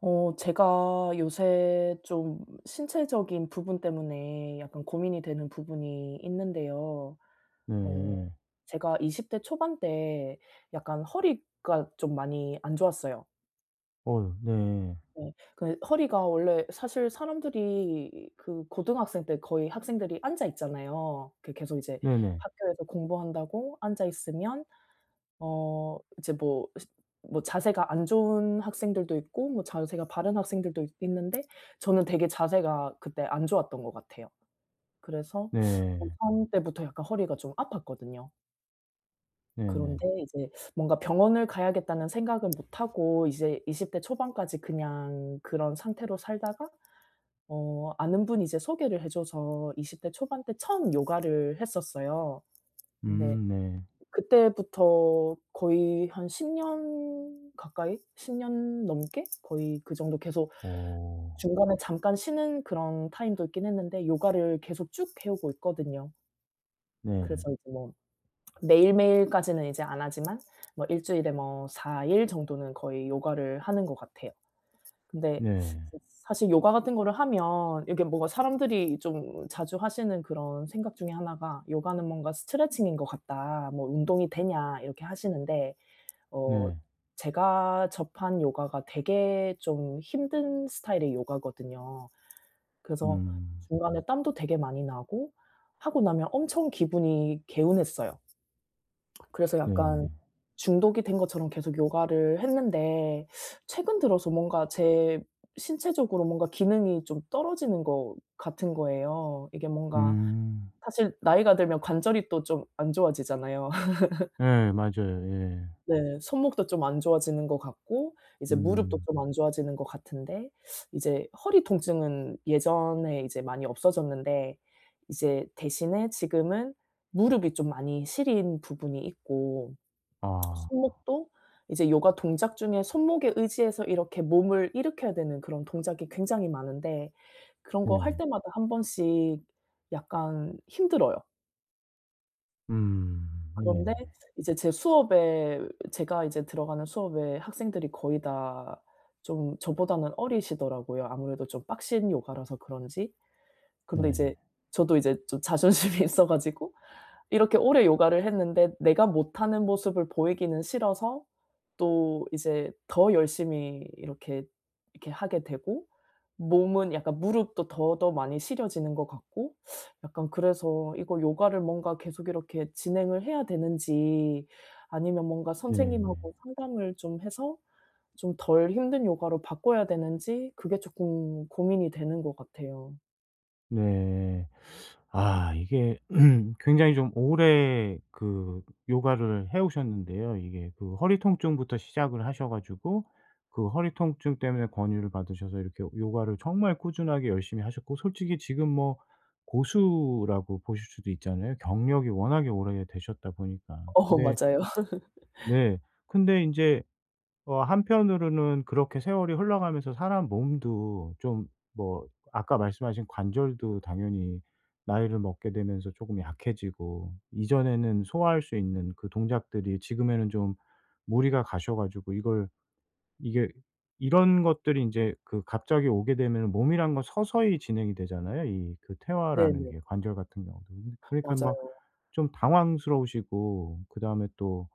제가 요새 좀 신체적인 부분 때문에 약간 고민이 되는 부분이 있는데요. 어 네. 제가 20대 초반 때 약간 허리가 좀 많이 안 좋았어요. 어, 네. 네. 그 허리가 원래 사실 사람들이 그 고등학생 때 거의 학생들이 앉아 있잖아요. 그 계속 이제 네네. 학교에서 공부한다고 앉아 있으면 이제 뭐 자세가 안 좋은 학생들도 있고 뭐 자세가 바른 학생들도 있 있는데 저는 되게 자세가 그때 안 좋았던 것 같아요. 그래서 네. 고3 때부터 약간 허리가 좀 아팠거든요. 네네. 그런데 이제 뭔가 병원을 가야겠다는 생각은 못 하고 이제 20대 초반까지 그냥 그런 상태로 살다가 아는 분이 이제 소개를 해 줘서 20대 초반 때 처음 요가를 했었어요. 근데 네. 그때부터 거의 한 10년 가까이 10년 넘게 거의 그 정도 계속 어. 중간에 잠깐 쉬는 그런 타임도 있긴 했는데 요가를 계속 쭉 해오고 있거든요. 네. 그래서 이제 뭐 매일매일까지는 이제 안 하지만 뭐 일 주일에 뭐 4 일 정도는 거의 요가를 하는 것 같아요. 근데 네. 이제 사실 요가 같은 거를 하면 이게 뭔가 사람들이 좀 자주 하시는 그런 생각 중에 하나가 "요가는 뭔가 스트레칭인 것 같다. 뭐 운동이 되냐." 이렇게 하시는데 어 네. 제가 접한 요가가 되게 좀 힘든 스타일의 요가거든요. 그래서 음. 중간에 땀도 되게 많이 나고 하고 나면 엄청 기분이 개운했어요. 그래서 약간 네. 중독이 된 것처럼 계속 요가를 했는데 최근 들어서 뭔가 제 신체적으로 뭔가 기능이 좀 떨어지는 것 같은 거예요. 이게 뭔가 음. 사실 나이가 들면 관절이 또 좀 안 좋아지잖아요. 예, 맞아요. 예. 네. 손목도 좀 안 좋아지는 것 같고 이제 무릎도 음. 좀 안 좋아지는 것 같은데 이제 허리 통증은 예전에 이제 많이 없어졌는데 이제 대신에 지금은 무릎이 좀 많이 시린 부분이 있고 아, 손목도 이제 요가 동작 중에 손목에 의지해서 이렇게 몸을 일으켜야 되는 그런 동작이 굉장히 많은데 그런 거 할 네. 때마다 한 번씩 약간 힘들어요. 음. 그런데 네. 이제 제 수업에 제가 이제 들어가는 수업에 학생들이 거의 다 좀 저보다는 어리시더라고요. 아무래도 좀 빡신 요가라서 그런지. 근데 네. 이제 저도 이제 좀 자존심이 있어 가지고 이렇게 오래 요가를 했는데 내가 못하는 모습을 보이기는 싫어서 또 이제 더 열심히 이렇게 하게 되고 몸은 약간 무릎도 더더 많이 시려지는 것 같고 약간 그래서 이거 요가를 뭔가 계속 이렇게 진행을 해야 되는지 아니면 뭔가 네. 선생님하고 상담을 좀 해서 좀 덜 힘든 요가로 바꿔야 되는지 그게 쪼끔 고민이 되는 것 같아요. 네. 아, 이게 굉장히 좀 오래 그 요가를 해 오셨는데요. 이게 그 허리 통증부터 시작을 하셔 가지고 그 허리 통증 때문에 권유를 받으셔서 이렇게 요가를 정말 꾸준하게 열심히 하셨고, 솔직히 지금 뭐 고수라고 보실 수도 있잖아요, 경력이 워낙에 오래되셨다 보니까. 어 근데 맞아요. 네, 근데 인제 어, 한편으로는 그렇게 세월이 흘러가면서 사람 몸도 좀 뭐, 아까 말씀하신 관절도 당연히 나이를 먹게 되면서 조금 약해지고, 이전에는 소화할 수 있는 그 동작들이 지금에는 좀 무리가 가셔 가지고, 이걸 이게 이런 것들이 이제 그 갑자기 오게 되면, 몸이란 건 서서히 진행이 되잖아요, 이 그 퇴화라는 네네. 게 관절 같은 경우도. 그러니까 막 맞아요. 좀 당황스러우시고, 그다음에 또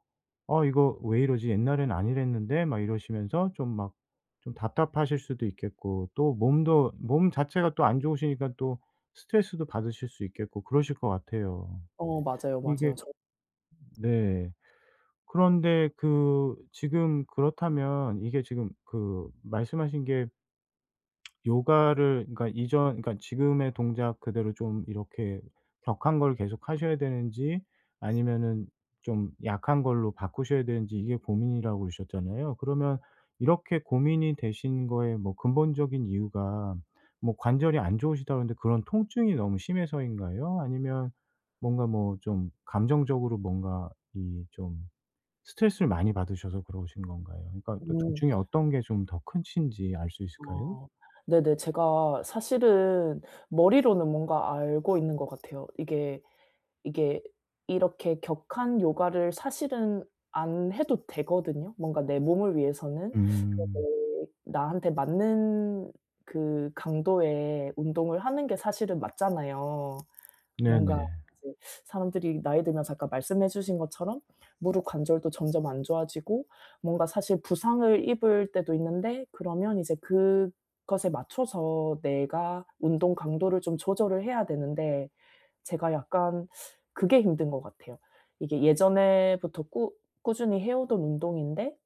"어 이거 왜 이러지? 옛날엔 안 이랬는데." 막 이러시면서 좀 막 좀 답답하실 수도 있겠고, 또 몸도 몸 자체가 또 안 좋으시니까 또 스트레스도 받으실 수 있겠고 그러실 것 같아요. 어 맞아요, 맞아요. 이게 저. 네, 그런데 그 지금 그렇다면 이게 지금 그 말씀하신 게 요가를 그러니까 이전, 그러니까 지금의 동작 그대로 좀 이렇게 격한 걸 계속 하셔야 되는지, 아니면은 좀 약한 걸로 바꾸셔야 되는지 이게 고민이라고 그러셨잖아요. 그러면 이렇게 고민이 되신 거에 뭐 근본적인 이유가 뭐, 관절이 안 좋으시다 그러는데 그런 통증이 너무 심해서인가요? 아니면 뭔가 뭐 좀 감정적으로 뭔가 이 좀 스트레스를 많이 받으셔서 그러신 건가요? 그러니까 둘 음. 중에 어떤 게 좀 더큰인지 알 수 있을까요? 어. 네네. 제가 사실은 머리로는 뭔가 알고 있는 것 같아요. 이게 이렇게 격한 요가를 사실은 안 해도 되거든요. 뭔가 내 몸을 위해서는. 음. 그 나한테 맞는 그 강도의 운동을 하는 게 사실은 맞잖아요. 네네. 뭔가 이제 사람들이 나이 들면서 아까 말씀해 주신 것처럼 무릎 관절도 점점 안 좋아지고 뭔가 사실 부상을 입을 때도 있는데 그러면 이제 그것에 맞춰서 내가 운동 강도를 좀 조절을 해야 되는데 제가 약간 그게 힘든 것 같아요. 이게 예전에부터 꾸 꾸준히 해 오던 운동인데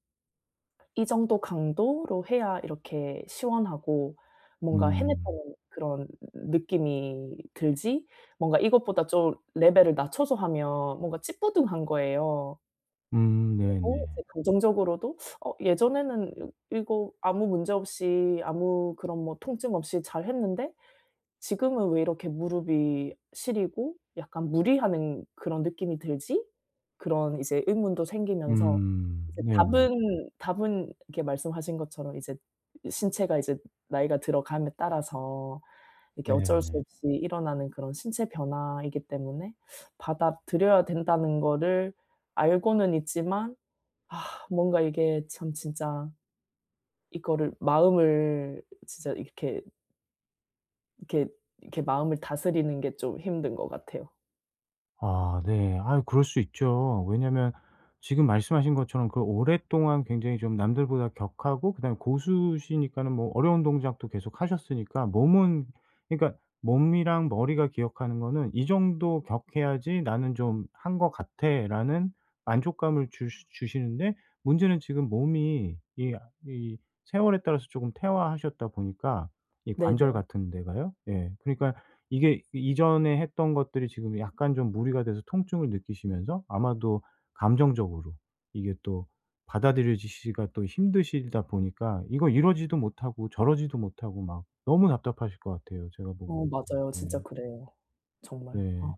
이 정도 강도로 해야 이렇게 시원하고 뭔가 음. 해냈다는 그런 느낌이 들지 뭔가 이것보다 좀 레벨을 낮춰서 하면 뭔가 찌뿌둥한 거예요. 그리고 네네. 이제 감정적으로도 예전에는 이 이거 아무 문제 없이 아무 그런 뭐 통증 없이 잘했는데 지금은 왜 이렇게 무릎이 시리고 약간 무리하는 그런 느낌이 들지? 그런 이제 의문도 생기면서 음. 이제 네네. 답은 이렇게 말씀하신 것처럼 이제 신체가 이제 나이가 들어감에 따라서 이렇게 어쩔 수 네네. 없이 일어나는 그런 신체 변화이기 때문에 받아들여야 된다는 거를 알고는 있지만 아 뭔가 이게 참 진짜 이거를 마음을 진짜 이렇게, 이렇게 마음을 다스리는 게 좀 힘든 것 같아요. 아 네. 아, 그럴 수 있죠. 왜냐면 지금 말씀하신 것처럼 그 오랫동안 굉장히 좀 남들보다 격하고, 그다음에 고수시니까는 뭐 어려운 동작도 계속 하셨으니까, 몸은 그러니까 몸이랑 머리가 기억하는 거는 '이 정도 격해야지 나는 좀 한 것 같아.'라는 만족감을 주시는데 문제는 지금 몸이 이 세월에 따라서 조금 퇴화하셨다 보니까 이 관절 네네. 같은 데가요. 예. 그러니까 이게 이전에 했던 것들이 지금 약간 좀 무리가 돼서 통증을 느끼시면서, 아마도 감정적으로 이게 또 받아들여지시기가 또 힘드시다 보니까, 이거 이러지도 못하고 저러지도 못하고 막 너무 답답하실 것 같아요 제가 어 보기에도. 맞아요. 예. 진짜 그래요. 정말. 아. 네.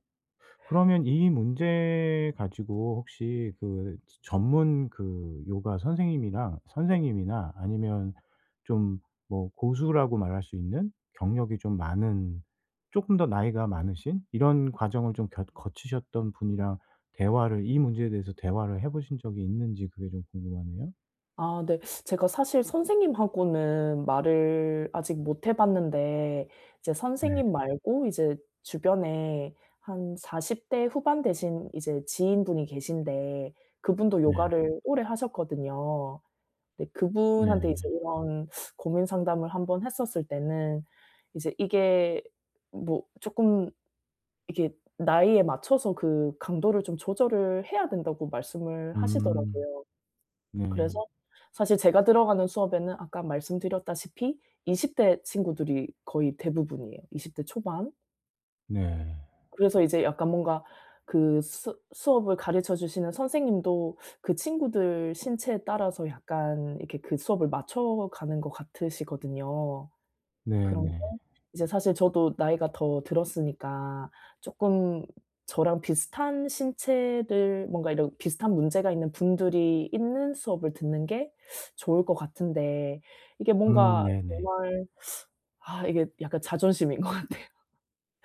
그러면 이 문제 가지고 혹시 그 전문 그 요가 선생님이랑, 선생님이나 아니면 좀 뭐 고수라고 말할 수 있는 경력이 좀 많은, 쪼끔 더 나이가 많으신, 이런 과정을 좀 곁 거치셨던 분이랑 대화를, 이 문제에 대해서 대화를 해 보신 적이 있는지 그게 좀 궁금하네요. 아 네. 제가 사실 선생님하고는 말을 아직 못해 봤는데 이제 네. 선생님 말고 이제 주변에 한 40대 후반 되신 이제 지인분이 계신데 그분도 네. 요가를 오래 하셨거든요. 근데 네. 그분한테 이제 네. 이런 고민 상담을 한번 했었을 때는 이제 이게 뭐 쪼끔 이게 나이에 맞춰서 그 강도를 좀 조절을 해야 된다고 말씀을 음. 하시더라고요. 네. 그래서 사실 제가 들어가는 수업에는 아까 말씀드렸다시피 20대 친구들이 거의 대부분이에요, 20대 초반. 네. 그래서 이제 약간 뭔가 그 수 수업을 가르쳐 주시는 선생님도 그 친구들 신체에 따라서 약간 이렇게 그 수업을 맞춰가는 것 같으시거든요. 그런데 네네. 이제 사실 저도 나이가 더 들었으니까 쪼끔 저랑 비슷한 신체를 뭔가 이런 비슷한 문제가 있는 분들이 있는 수업을 듣는 게 좋을 것 같은데 이게 뭔가 네네. 정말 아 이게 약간 자존심인 것 같아요.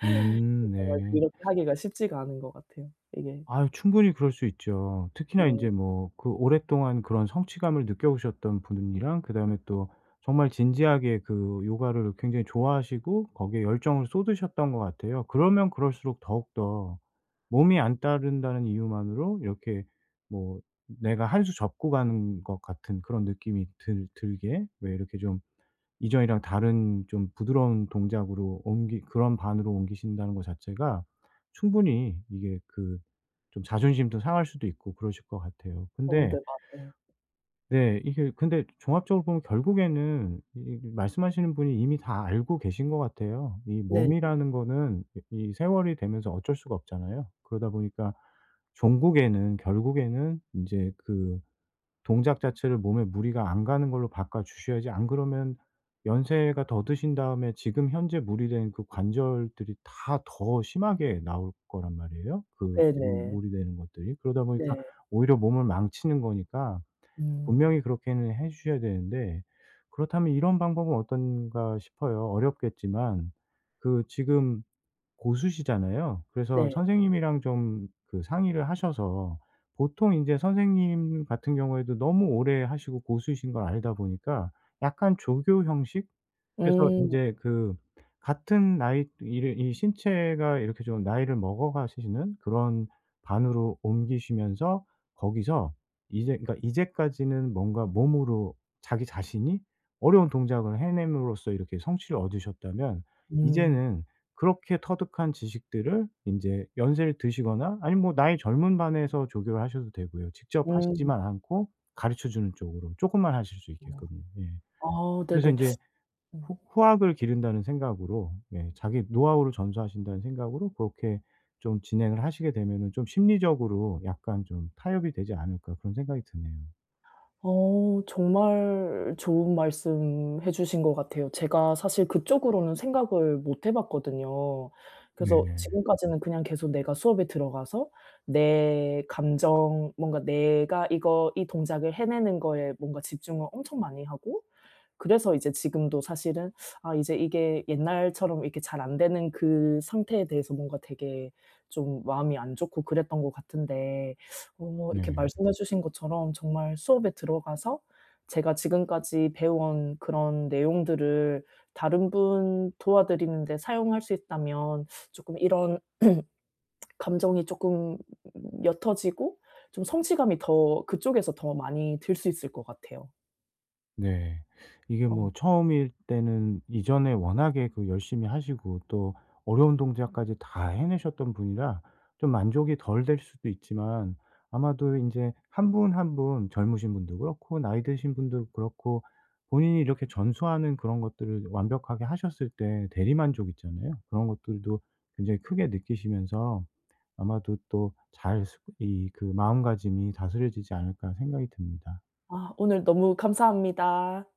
정말 네. 그렇게 하기가 쉽지가 않은 것 같아요 이게. 아유, 충분히 그럴 수 있죠. 특히나 이 네. 제 뭐 그 오랫동안 그런 성취감을 느껴오셨던 분이랑 그다음에 또 정말 진지하게 그 요가를 굉장히 좋아하시고 거기에 열정을 쏟으셨던 것 같아요. 그러면 그럴수록 더욱더 몸이 안 따른다는 이유만으로 이렇게, 뭐 내가 한 수 접고 가는 것 같은 그런 느낌이 들 들게 왜 이렇게 좀 이전이랑 다른 좀 부드러운 동작으로 옮기 그런 반으로 옮기신다는 거 자체가 충분히 이게 그 좀 자존심도 상할 수도 있고 그러실 것 같아요. 어 근데 네 맞아요. 네, 이게 근데 종합적으로 보면 결국에는 이 말씀하시는 분이 이미 다 알고 계신 것 같아요. 이 네네. 몸이라는 거는 이 세월이 되면서 어쩔 수가 없잖아요. 그러다 보니까 종국에는, 결국에는 인제 그 동작 자체를 몸에 무리가 안 가는 걸로 바꿔 주셔야지, 안 그러면 연세가 더 드신 다음에 지금 현재 무리된 그 관절들이 다 더 심하게 나올 거란 말이에요, 그 지금 네네. 무리되는 것들이. 그러다 네. 네. 보니까 네. 오히려 몸을 망치는 거니까 음. 분명히 그렇게는 해 주셔야 되는데. 그렇다면 이런 방법은 어떤가 싶어요. 어렵겠지만 그 지금 고수시잖아요. 그래서 네. 선생님이랑 좀 그 상의를 하셔서, 보통 인제 선생님 같은 경우에도 너무 오래 하시고 고수이신 걸 알다 보니까 약간 조교 형식? 그래서 음. 인제 그 같은 나이, 이를 이 신체가 이렇게 좀 나이를 먹어 가시는 그런 반으로 옮기시면서 거기서 이제 그러니까, 이제까지는 뭔가 몸으로 자기 자신이 어려운 동작을 해냄으로써 이렇게 성취를 얻으셨다면 음. 이제는 그렇게 터득한 지식들을 인제 연세를 드시거나 아니면 뭐 나이 젊은 반에서 조교를 하셔도 되고요. 직접 음. 하시지만 않고 가르쳐 주는 쪽으로 쪼끔만 하실 수 어. 있게끔요. 예. 아 그래서 네네. 인제 후 후학을 기른다는 생각으로, 예, 자기 노하우를 전수하신다는 생각으로 그렇게 좀 진행을 하시게 되면은 좀 심리적으로 약간 좀 타협이 되지 않을까, 그런 생각이 드네요. 어 정말 좋은 말씀 해 주신 것 같아요. 제가 사실 그쪽으로는 생각을 못 해 봤거든요. 그래서 네. 지금까지는 그냥 계속 내가 수업에 들어가서 내 감정 뭔가 내가 이거 이 동작을 해내는 거에 뭔가 집중을 엄청 많이 하고 그래서 이제 지금도 사실은 아 이제 이게 옛날처럼 이렇게 잘 안 되는 그 상태에 대해서 뭔가 되게 좀 마음이 안 좋고 그랬던 것 같은데 어 이렇게 네. 말씀해 주신 것처럼 정말 수업에 들어가서 제가 지금까지 배워온 그런 내용들을 다른 분 도와드리는 데 사용할 수 있다면 쪼끔 이런 감정이 쪼끔 옅어지고 좀 성취감이 더 그쪽에서 더 많이 들 수 있을 것 같아요. 네. 이게 어. 뭐 처음일 때는 이전에 워낙에 그 열심히 하시고 또 어려운 동작까지 다 해내셨던 분이라 좀 만족이 덜 될 수도 있지만, 아마도 인제 한 분 한 분 젊으신 분도 그렇고 나이 드신 분도 그렇고 본인이 이렇게 전수하는 그런 것들을 완벽하게 하셨을 때 대리만족 있잖아요. 그런 것들도 굉장히 크게 느끼시면서 아마도 또 잘 스 이 그 마음가짐이 다스려지지 않을까 생각이 듭니다. 아 오늘 너무 감사합니다.